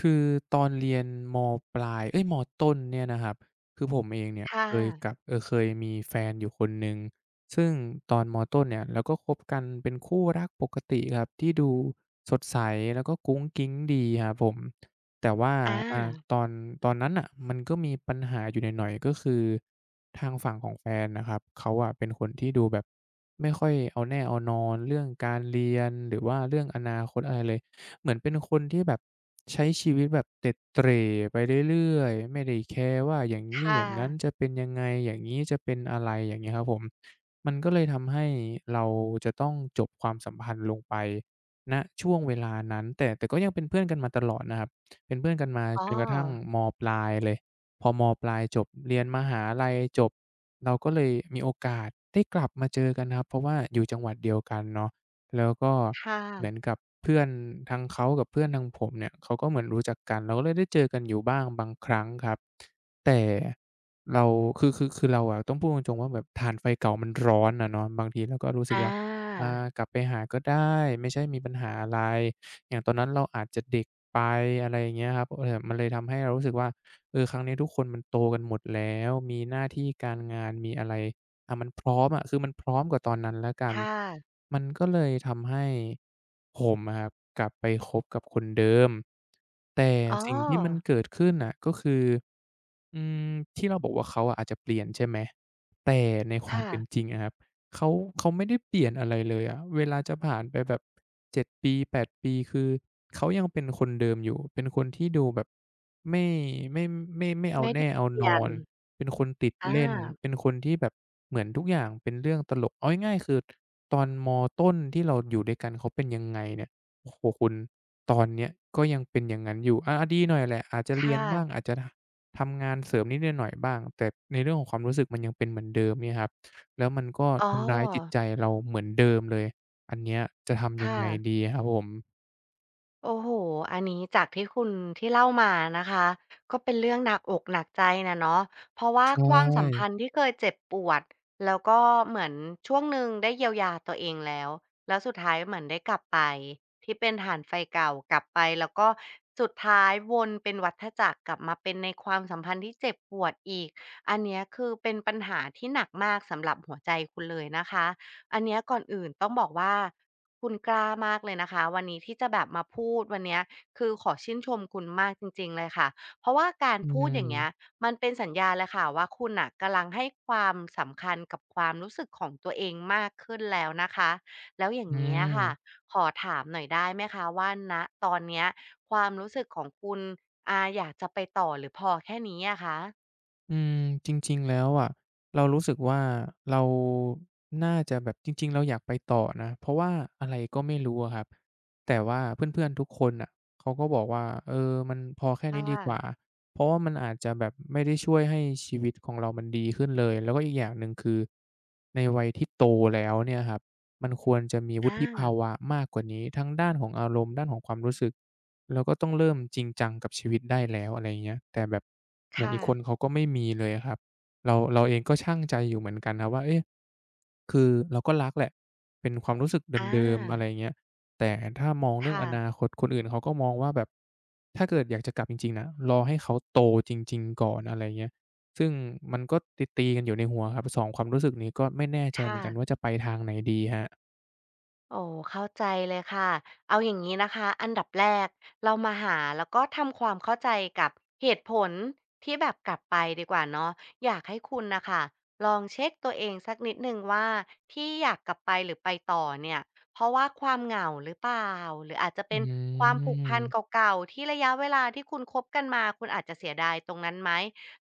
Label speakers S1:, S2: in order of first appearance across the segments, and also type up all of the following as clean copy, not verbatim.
S1: คือตอนเรียนมปลายเอ๊ยมต้นเนี่ยนะครับคือผมเองเนี่ย
S2: ค่
S1: เคยกั
S2: ะ
S1: บเคยมีแฟนอยู่คนหนึ่ง ซึ่งตอนมต้นเนี่ยเราก็คบกันเป็นคู่รักปกติครับที่ดูสดใสแล้วก็กุ๊งกิ๊งดีครับผมแต่ว่า
S2: อ
S1: อ่า
S2: า
S1: ตอนนั้นน่ะมันก็มีปัญหาอยู่หน่อยๆก็คือทางฝั่งของแฟนนะครับเขาอะเป็นคนที่ดูแบบไม่ค่อยเอาแน่เอานอนเรื่องการเรียนหรือว่าเรื่องอนาคตอะไรเลย เหมือนเป็นคนที่แบบใช้ชีวิตแบบเตร็ดเตร่ไปเรื่อยๆไม่ได้แคร์ว่าอย่างงี้อ
S2: ค่ะ
S1: ย่างงั้นจะเป็นยังไงอย่างงี้จะเป็นอะไรอย่างเงี้ยครับผมมันก็เลยทำให้เราจะต้องจบความสัมพันธ์ลงไปณช่วงเวลานั้นแต่ก็ยังเป็นเพื่อนกันมาตลอดนะครับเป็นเพื่อนกันมา
S2: อ๋อ
S1: จนกระทั่งมปลายเลยพอมปลายจบเรียนมหาลัยจบเราก็เลยมีโอกาสได้กลับมาเจอกันครับเพราะว่าอยู่จังหวัดเดียวกันเนาะ แล้วก็
S2: ค่ะ
S1: เหมือนกับเพื่อนทางเขากับเพื่อนทางผมเนี่ยเขาก็เหมือนรู้จักกันเราก็เลยได้เจอกันอยู่บ้างบางครั้งครับแต่เราคือเราอะต้องพูดตรงๆว่าแบบถ่านไฟเก่ามันร้อนอะเนาะบางทีเราก็รู้สึก
S2: อา
S1: ว่าอากลับไปหาก็ได้ไม่ใช่มีปัญหาอะไรอย่างตอนนั้นเราอาจจะเด็กไปอะไรอย่างเงี้ยครับมันเลยทำให้เรารู้สึกว่าเออครั้งนี้ทุกคนมันโตกันหมดแล้วมีหน้าที่การงานมีอะไร อามันพร้อมอะคือมันพร้อมกว่าตอนนั้นแล้วกัน
S2: ค่ะ
S1: มันก็เลยทำให้ผมอะครับกลับไปคบกับคนเดิมแต่
S2: อ๋อ
S1: สิ่งที่มันเกิดขึ้นน่ะก็คืออืมที่เราบอกว่าเขาอะอาจจะเปลี่ยนใช่ไหมแต่ในความ
S2: ค่ะ
S1: เป็นจริงอะครับเขาไม่ได้เปลี่ยนอะไรเลยอะเวลาจะผ่านไปแบบ7ปี8ปดปีคือเขายังเป็นคนเดิมอยู่เป็นคนที่ดูแบบไม่ไม่ไม่เอา
S2: ไม่ได้
S1: แน่เอา
S2: เป
S1: น
S2: ลี่ย
S1: อ
S2: น
S1: น เป็นคนติด
S2: อ
S1: เล่น
S2: า
S1: เป็นคนที่แบบเหมือนทุกอย่างเป็นเรื่องตลกเอาง่ายๆคือตอนมต้นที่เราอยู่ด้วยกันเขาเป็นยังไงเนี่ยโอ้โฮคุณตอนเนี้ยก็ยังเป็นอย่างงั้นอยู่อาดีหน่อยแหละอาจจะ
S2: ค
S1: เรียนบ้างอา
S2: ่ะ
S1: จจะทำงานเสริมนิดหน่อยๆบ้างแต่ในเรื่องของความรู้สึกมันยังเป็นเหมือนเดิมเนี่ยครับแล้วมันก็
S2: อ๋อ
S1: ทำร้ายจิตใจเราเหมือนเดิมเลยอันเนี้ยจะ
S2: ค
S1: ทำยังไงดี
S2: ่ะ
S1: ครับผม
S2: โอ้โหอันนี้จากที่คุณที่เล่ามานะคะก็เป็นเรื่องหนักอกหนักใจนะเนาะเพราะว่า
S1: ใช
S2: ความสัมพัน
S1: ่
S2: ธ์ที่เคยเจ็บปวดแล้วก็เหมือนช่วงหนึ่งได้เยียวยาตัวเองแล้วแล้วสุดท้ายเหมือนได้กลับไปที่เป็นฐานไฟเก่ากลับไปแล้วก็สุดท้ายวนเป็นวัฏจักรกลับมาเป็นในความสัมพันธ์ที่เจ็บปวดอีกอันเนี้ยคือเป็นปัญหาที่หนักมากสำหรับหัวใจคุณเลยนะคะ อันเนี้ยก่อนอื่นต้องบอกว่าคุณกล้ามากเลยนะคะวันนี้ที่จะแบบมาพูดวันเนี้ยคือขอชื่นชมคุณมากจริงๆเลยค่ะเพราะว่าการ
S1: อื
S2: พูดอย่างเงี้ย
S1: ม
S2: มันเป็นสัญญาณเลยค่ะว่าคุณน่ะกำลังให้ความสำคัญกับความรู้สึกของตัวเองมากขึ้นแล้วนะคะแล้วอย่า
S1: อื
S2: งเงี้ยค่ะ
S1: ม
S2: ขอถามหน่อยได้ไหมคะว่าณตอนเนี้ยความรู้สึกของคุณอาอยากจะไปต่อหรือพอแค่นี้อะคะ
S1: อืมจริงๆแล้วอะเรารู้สึกว่าเราน่าจะแบบจริงๆเราอยากไปต่อนะเพราะว่าอะไรก็ไม่รู้อะครับแต่ว่าเพื่อนๆทุกคนน่ะเขาก็บอกว่าเออมันพอแค่
S2: ค่
S1: นี้ดีกว่า
S2: ะ
S1: เพราะว่ามันอาจจะแบบไม่ได้ช่วยให้ชีวิตของเรามันดีขึ้นเลยแล้วก็อีกอย่างหนึ่งคือในวัยที่โตแล้วเนี่ยครับมันควรจะมีวุฒิภา
S2: อา
S1: วะมากกว่านี้ทั้งด้านของอารมณ์ด้านของความรู้สึก เราก็ต้องเริ่มจริงจังกับชีวิตได้แล้วอะไรอย่างเงี้ยแต่แบบเหมือน
S2: ค่ะ
S1: อีกคนเขาก็ไม่มีเลยอะครับเราเองก็ชั่งใจอยู่เหมือนกันนะว่าเอ๊ะคือเราก็รักแหละเป็นความรู้สึก
S2: อา
S1: เดิมๆอะไรอย่างเงี้ยแต่ถ้ามองเรื่อง
S2: ค่ะ
S1: อนาคตคนอื่นเขาก็มองว่าแบบถ้าเกิดอยากจะกลับจริงๆนะรอให้เขาโตจริงๆก่อนอะไรอย่างเงี้ยซึ่งมันก็ตีๆกันอยู่ในหัวครับสองความรู้สึกนี้ก็ไม่แน่ใจเหมื
S2: ค่ะ
S1: อนกันว่าจะไปทางไหนดีครับ
S2: โอ้เข้าใจเลยค่ะเอาอย่างนี้นะคะอันดับแรกเรามาหาแล้วก็ทำความเข้าใจกับเหตุผลที่แบบกลับไปดีกว่าเนาะอยากให้คุณนะคะลองเช็คตัวเองสักนิดนึงว่าที่อยากกลับไปหรือไปต่อเนี่ยเพราะว่าความเหงาหรือเปล่าหรืออาจจะ
S1: อื
S2: เป็นความผูกพั
S1: ม
S2: นเก่าๆที่ระยะเวลาที่คุณคบกันมาคุณอาจจะเสียดายตรงนั้นไหม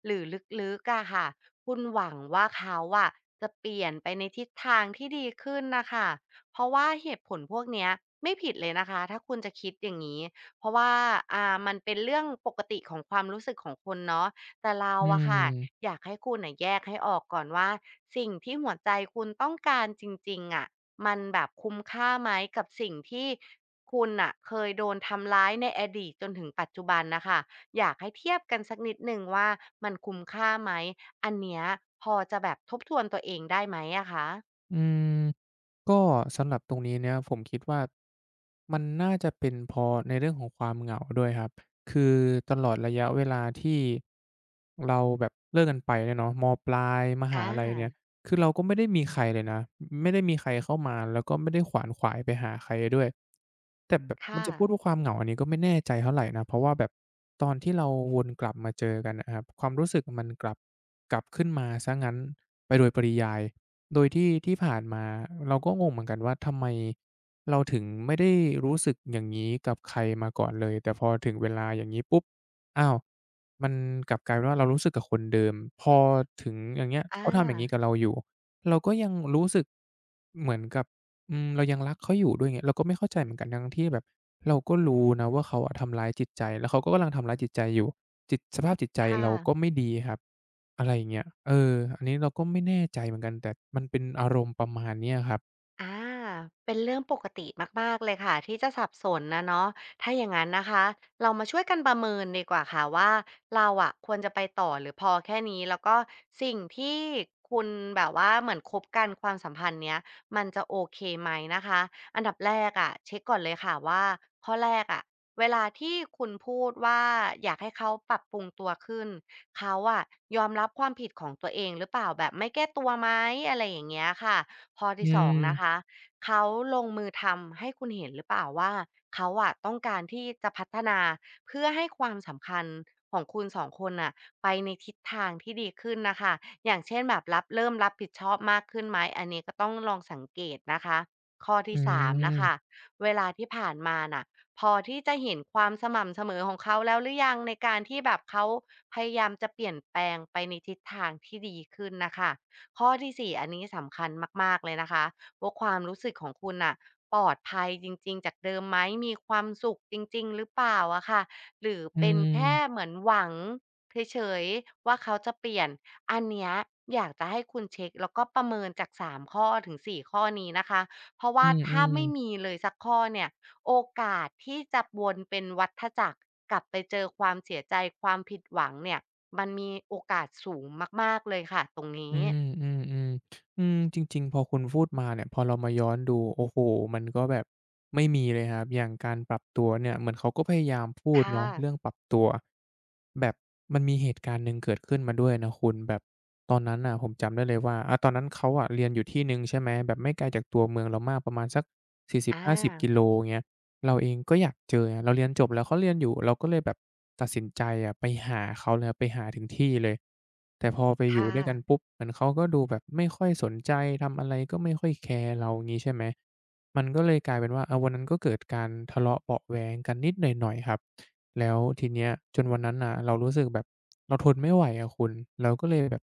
S2: หรือลึกๆอะค่ะคุณหวังว่าเขาอะจะเปลี่ยนไปในทิศทางที่ดีขึ้นนะคะ เพราะว่าเหตุผลพวกเนี้ยไม่ผิดเลยนะคะถ้าคุณจะคิดอย่างนี้เพราะว่ามันเป็นเรื่องปกติของความรู้สึกของคนเนาะแต่เรา
S1: อื
S2: อะค่ะ
S1: ม
S2: อยากให้คุณน่ะแยกให้ออกก่อนว่าสิ่งที่หัวใจคุณต้องการจริงๆอะมันแบบคุ้มค่าไหมกับสิ่งที่คุณอะเคยโดนทำร้ายในอดีตจนถึงปัจจุบันนะคะอยากให้เทียบกันสักนิดหนึ่งว่ามันคุ้มค่าไหมอันเนี้ยพอจะแบบทบทวนตัวเองได้ไหมอะคะ
S1: อืม ก็สำหรับตรงนี้เนี่ยผมคิดว่ามันน่าจะเป็นเพราะในเรื่องของความเหงาด้วยครับคือตลอดระยะเวลาที่เราแบบเลิกกันไปเนี่ยเนาะมปลายม
S2: อ
S1: หาลัยเนี่ย
S2: า
S1: คือเราก็ไม่ได้มีใครเลยนะไม่ได้มีใครเข้ามาแล้วก็ไม่ได้ขวนขวายไปหาใครด้วยแต่แบบมัน
S2: ค่ะ
S1: จะพูดว่าความเหงาอันนี้ก็ไม่แน่ใจเท่าไรนะเพราะว่าแบบตอนที่เราวนกลับมาเจอกันอะครับความรู้สึกมันกลับขึ้นมาเสียงั้นไปโดยปริยาย โดยที่ที่ผ่านมาเราก็งงเหมือนกันว่าทำไมเราถึงไม่ได้รู้สึกอย่างงี้กับใครมาก่อนเลยแต่พอถึงเวลาอย่างงี้ปุ๊บอ้าวมันกลับกลายเป็นว่าเรารู้สึกกับคนเดิมพอถึงอย่างเงี้ย
S2: อา
S1: เขาทำอย่างงี้กับเราอยู่เราก็ยังรู้สึกเหมือนกับอืมเรายังรักเขาอยู่ด้วยเงี้ยเราก็ไม่เข้าใจเหมือนกันทั้งที่แบบเราก็รู้นะว่าเขาอะทำร้ายจิตใจแล้วเขาก็กำลังทำร้ายจิตใจอยู่จิตสภาพจิตใจ
S2: ค่ะ
S1: เราก็ไม่ดีครับ อะไรอย่างเงี้ยอันนี้เราก็ไม่แน่ใจเหมือนกันแต่มันเป็นอารมณ์ประมาณเนี้ยครับ
S2: อาเป็นเรื่องปกติมากๆเลยค่ะที่จะสับสนนะเนาะถ้าอย่างนั้นนะคะเรามาช่วยกันประเมินดีกว่าค่ะว่าเราอะควรจะไปต่อหรือพอแค่นี้แล้วก็สิ่งที่คุณแบบว่าเหมือนคบกันความสัมพันธ์เนี้ยมันจะโอเคไหมนะคะอันดับแรกอะเช็คก่อนเลยค่ะว่าข้อแรกอะเวลาที่คุณพูดว่าอยากให้เขาปรับปรุงตัวขึ้นเขาอะยอมรับความผิดของตัวเองหรือเปล่าแบบไม่แก้ตัวไหมอะไรอย่างเงี้ยค่ะ ข้อ
S1: อื
S2: ที่สองนะ
S1: ม
S2: คะเขาลงมือทำให้คุณเห็นหรือเปล่าว่าเขาอะต้องการที่จะพัฒนาเพื่อให้ความสำคัญของคุณสองคนน่ะไปในทิศทางที่ดีขึ้นนะคะอย่างเช่นแบบเริ่มรับผิดชอบมากขึ้นไหมอันนี้ก็ต้องลองสังเกตนะคะข้อ
S1: อื
S2: ที่สามนะคะ
S1: ม
S2: เวลาที่ผ่านมาน่ะพอที่จะเห็นความสม่ำเสมอของเขาแล้วหรือยังในการที่แบบเขาพยายามจะเปลี่ยนแปลงไปในทิศทางที่ดีขึ้นน่ะค่ะ ข้อที่4อันนี้สำคัญมากๆเลยนะคะว่าความรู้สึกของคุณน่ะปลอดภัยจริงๆจากเดิมไหมมีความสุขจริงๆหรือเปล่าอะค่ะหรือ
S1: อื
S2: เป็น
S1: ม
S2: แค่เหมือนหวังเฉยๆว่าเขาจะเปลี่ยนอันเนี้ยอยากจะให้คุณเช็กแล้วก็ประเมินจาก3ข้อถึง4ข้อนี้นะคะเพราะ
S1: อื
S2: ว่าถ้า
S1: ม
S2: ไม่
S1: ๆ
S2: มีเลยสักข้อเนี่ยโอกาสที่จะวนเป็นวัฏจักรกลับไปเจอความเสียใจความผิดหวังเนี่ยมันมีโอกาสสูงมากๆเลยค่ะตรง
S1: อื
S2: นี้
S1: มอืมอืมอืมจริงๆพอคุณพูดมาเนี่ยพอเรามาย้อนดูโอ้โฮมันก็แบบไม่มีเลยครับอย่างการปรับตัวเนี่ยเหมือนเขาก็พยายามพูด
S2: ค่ะ
S1: เนาะเรื่องปรับตัวแบบมันมีเหตุการณ์หนึ่งเกิดขึ้นมาด้วยนะคุณแบบตอนนั้นน่ะผมจำได้เลยว่าตอนนั้นเขาอะเรียนอยู่ที่หนึ่งใช่ไหมแบบไม่ไกลจากตัวเมืองเรามากประมาณสัก
S2: อ
S1: 40-50กิ
S2: า
S1: โลเงี้ย เราเองก็อยากเจอนะเราเรียนจบแล้วเขาเรียนอยู่ เราก็เลยแบบตัดสินใจอะไปหาเขาเลยครับไปหาถึงที่เลยแต่พอไปอยู่
S2: ค่ะ
S1: ด้วยกันปุ๊บเหมือนเขาก็ดูแบบไม่ค่อยสนใจทำอะไรก็ไม่ค่อยแคร์เรางี้ใช่ไหมมันก็เลยกลายเป็นว่าเอาวันนั้นก็เกิดการทะเลาะเบาะแว้งกันนิดหน่อยๆครับแล้วทีเนี้ยจนวันนั้นน่ะเรารู้สึกแบบเราทนไม่ไหวอะคุณเราก็เลยแบบ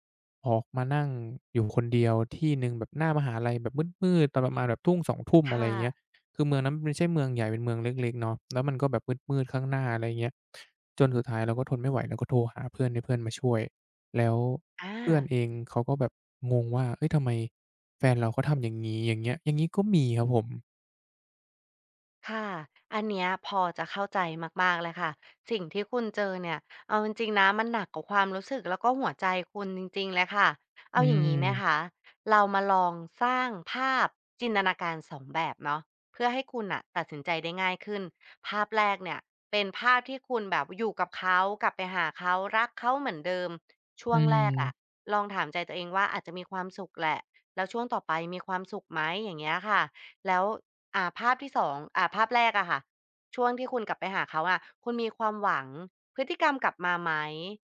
S1: ออกมานั่งอยู่คนเดียวที่หนึ่งแบบหน้ามหาลัยแบบมืดๆตอนประมาณแบบทุ่งสอง2ุ่ม
S2: ค
S1: อะไร่เงี้ย
S2: ่ะ
S1: คือเมืองนั้นมันไม่ใช่เมืองใหญ่เป็นเมืองเล็กๆเนาะแล้วมันก็แบบมืดๆข้างหน้าอะไรอย่างเงี้ยจนสุดท้ายเราก็ทนไม่ไหวเราก็โทรหาเพื่อนให้เพื่อนมาช่วยแล้ว
S2: อา
S1: เพื่อนเองเขาก็แบบงงว่าเฮ้ยทำไมแฟนเราเขาทำอย่างงี้อย่างเงี้ยอย่างงี้ก็มีครับผม
S2: ค่ะอันเนี้ยพอจะเข้าใจมากๆเลยค่ะสิ่งที่คุณเจอเนี่ยเอาจริงๆนะมันหนักกว่าความรู้สึกแล้วก็หัวใจคุณจริงๆเลยค่ะ
S1: อื
S2: เอาอย่างงี้ไหมคะ
S1: ม
S2: เรามาลองสร้างภาพจินตนาการสองแบบเนาะเพื่อให้คุณน่ะตัดสินใจได้ง่ายขึ้น ภาพแรกเนี่ยเป็นภาพที่คุณแบบอยู่กับเขากลับไปหาเขารักเขาเหมือนเดิม ช่
S1: อื
S2: วงแรกอะ
S1: ม
S2: ลองถามใจตัวเองว่าอาจจะมีความสุขแหละแล้วช่วงต่อไปมีความสุขไหมอย่างเงี้ยค่ะ แล้วภาพที่สองภาพแรกอะค่ะช่วงที่คุณกลับไปหาเขาอะคุณมีความหวังพฤติกรรมกลับมาไหม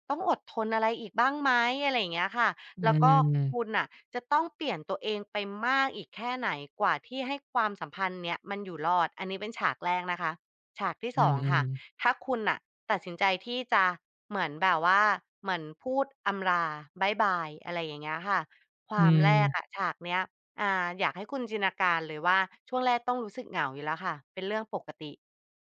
S2: ต้องอดทนอะไรอีกบ้างไหมอะไรอย่างเงี้ยค่ะ
S1: อื
S2: แล้วก็คุณ
S1: ม
S2: น่ะจะต้องเปลี่ยนตัวเองไปมากอีกแค่ไหนกว่าที่ให้ความสัมพันธ์เนี้ยมันอยู่รอดอันนี้เป็นฉากแรกนะคะฉากที่
S1: อื
S2: สอง
S1: ม
S2: ค่ะ
S1: ๆ
S2: ถ้าคุณน่ะตัดสินใจที่จะเหมือนแบบว่าเหมือนพูดอำลาบ๊ายบายอะไรอย่างเงี้ยค่ะค
S1: อื
S2: วามแรกอะ
S1: ม
S2: ฉากเนี้ย อยากให้คุณจินตนาการเลยว่าช่วงแรกต้องรู้สึกเหงาอยู่แล้วค่ะเป็นเรื่องปกติ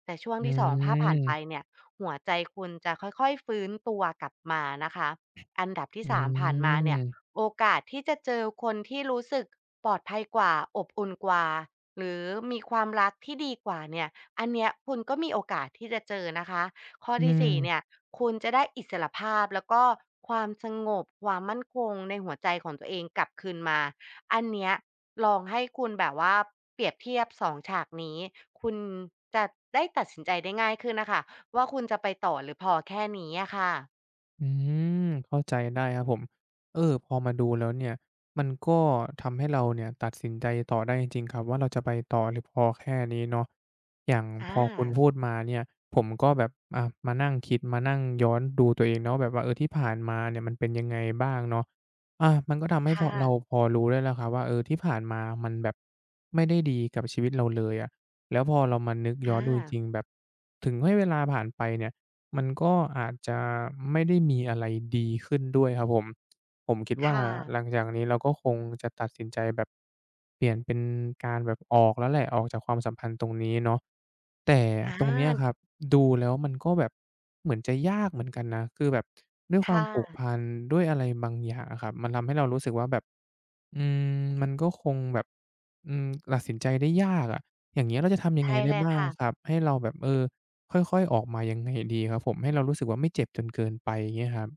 S2: แต่ช่วง
S1: อื
S2: ที่2ถ้าผ่านไป
S1: ม
S2: เนี่ยหัวใจคุณจะค่อยๆฟื้นตัวกลับมานะคะอันดับที่
S1: อื
S2: สามผ่านมาเนี่ย
S1: ม
S2: โอกาสที่จะเจอคนที่รู้สึกปลอดภัยกว่าอบอุ่นกว่าหรือมีความรักที่ดีกว่าเนี่ยอันเนี้ยคุณก็มีโอกาสที่จะเจอนะคะข้อ
S1: อื
S2: ที่สี่เนี่ย
S1: ม
S2: คุณจะได้อิสรภาพแล้วก็ความสงบความมั่นคงในหัวใจของตัวเองกลับคืนมา อันเนี้ยลองให้คุณแบบว่าเปรียบเทียบสองฉากนี้คุณจะได้ตัดสินใจได้ง่ายขึ้นน่ะค่ะว่าคุณจะไปต่อหรือพอแค่นี้อะค่ะ
S1: อืมเข้าใจได้ครับผมพอมาดูแล้วเนี่ยมันก็ทำให้เราเนี่ยตัดสินใจต่อได้จริงๆครับว่าเราจะไปต่อหรือพอแค่นี้เนาะอย่าง
S2: อา
S1: พอคุณพูดมาเนี่ยผมก็แบบมานั่งคิดมานั่งย้อนดูตัวเองเนาะแบบว่าเออที่ผ่านมาเนี่ยมันเป็นยังไงบ้างเนาะมันก็ทำให้พอ
S2: ค่ะ
S1: เราพอรู้ได้แล้วครับว่าเออที่ผ่านมามันแบบไม่ได้ดีกับชีวิตเราเลยอะแล้วพอเรามานึกย้อนดูจ
S2: อา
S1: ริงๆแบบถึงให้เวลาผ่านไปเนี่ย มันก็อาจจะไม่ได้มีอะไรดีขึ้นด้วยครับผมผมคิดว่า
S2: ค่ะ
S1: หลังจากนี้เราก็คงจะตัดสินใจแบบเปลี่ยนเป็นการแบบออกแล้วแหละออกจากความสัมพันธ์ตรงนี้เนาะแต่
S2: อา
S1: ตรงเนี้ยครับดูแล้วมันก็แบบเหมือนจะยากเหมือนกันนะคือแบบด้วยความผูก
S2: ค่ะ
S1: พันด้วยอะไรบางอย่างอะครับมันทำให้เรารู้สึกว่าแบบ อืมมันก็คงแบบอืมตัดสินใจได้ยากอะอย่างเงี้ยเราจะทำยังไง
S2: ใช่
S1: ได้
S2: เลย
S1: บ้าง
S2: ค่ะ
S1: ครับให้เราแบบเออค่อยๆออกมายังไงดีครับผมให้เรารู้สึกว่าไม่เจ็บจนเกินไปอย่างเงี้ยครับ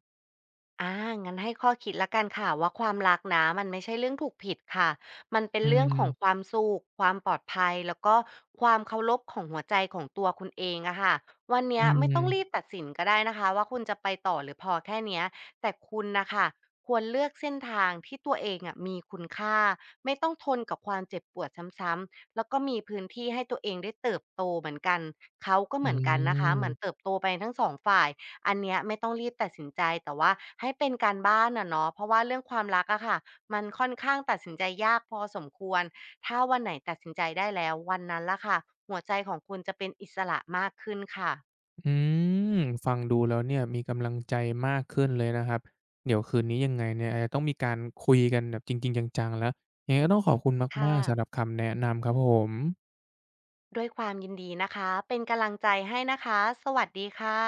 S2: อ่างั้นให้ข้อคิดแล้วกันค่ะว่าความรักนะมันไม่ใช่เรื่องถูกผิดค่ะมันเป็น
S1: อื
S2: เรื่องของค
S1: ม
S2: วามสุขความปลอดภัยแล้วก็ความเคารพของหัวใจของตัวคุณเองอะค่ะวัน
S1: อื
S2: เนี้ยไม่
S1: ม
S2: ต้องรีบตัดสินก็ได้นะคะว่าคุณจะไปต่อหรือพอแค่เนี้ยแต่คุณนะคะควรเลือกเส้นทางที่ตัวเองอะมีคุณค่าไม่ต้องทนกับความเจ็บปวดซ้ำๆแล้วก็มีพื้นที่ให้ตัวเองได้เติบโตเหมือนกันเขาก็เห
S1: อื
S2: มือนกันนะคะ
S1: ม
S2: เหมือนเติบโตไปทั้งสองฝ่าย อันเนี้ยไม่ต้องรีบตัดสินใจแต่ว่าให้เป็นการบ้านอะเนาะเพราะว่าเรื่องความรักอะค่ะมันค่อนข้างตัดสินใจยากพอสมควรถ้าวันไหนตัดสินใจได้แล้ววันนั้นละค่ะหัวใจของคุณจะเป็นอิสระมากขึ้นค่ะ
S1: อืมฟังดูแล้วเนี่ยมีกำลังใจมากขึ้นเลยนะครับเดี๋ยวคืนนี้ยังไงเนี่ยอาจจะต้องมีการคุยกันแบบจริงๆจังๆแล้วยังไงก็ต้องขอบคุณ
S2: ค่ะ
S1: มากๆสำหรับคำแนะนำครับผม
S2: ด้วยความยินดีนะคะเป็นกำลังใจให้นะคะสวัสดีค่ะ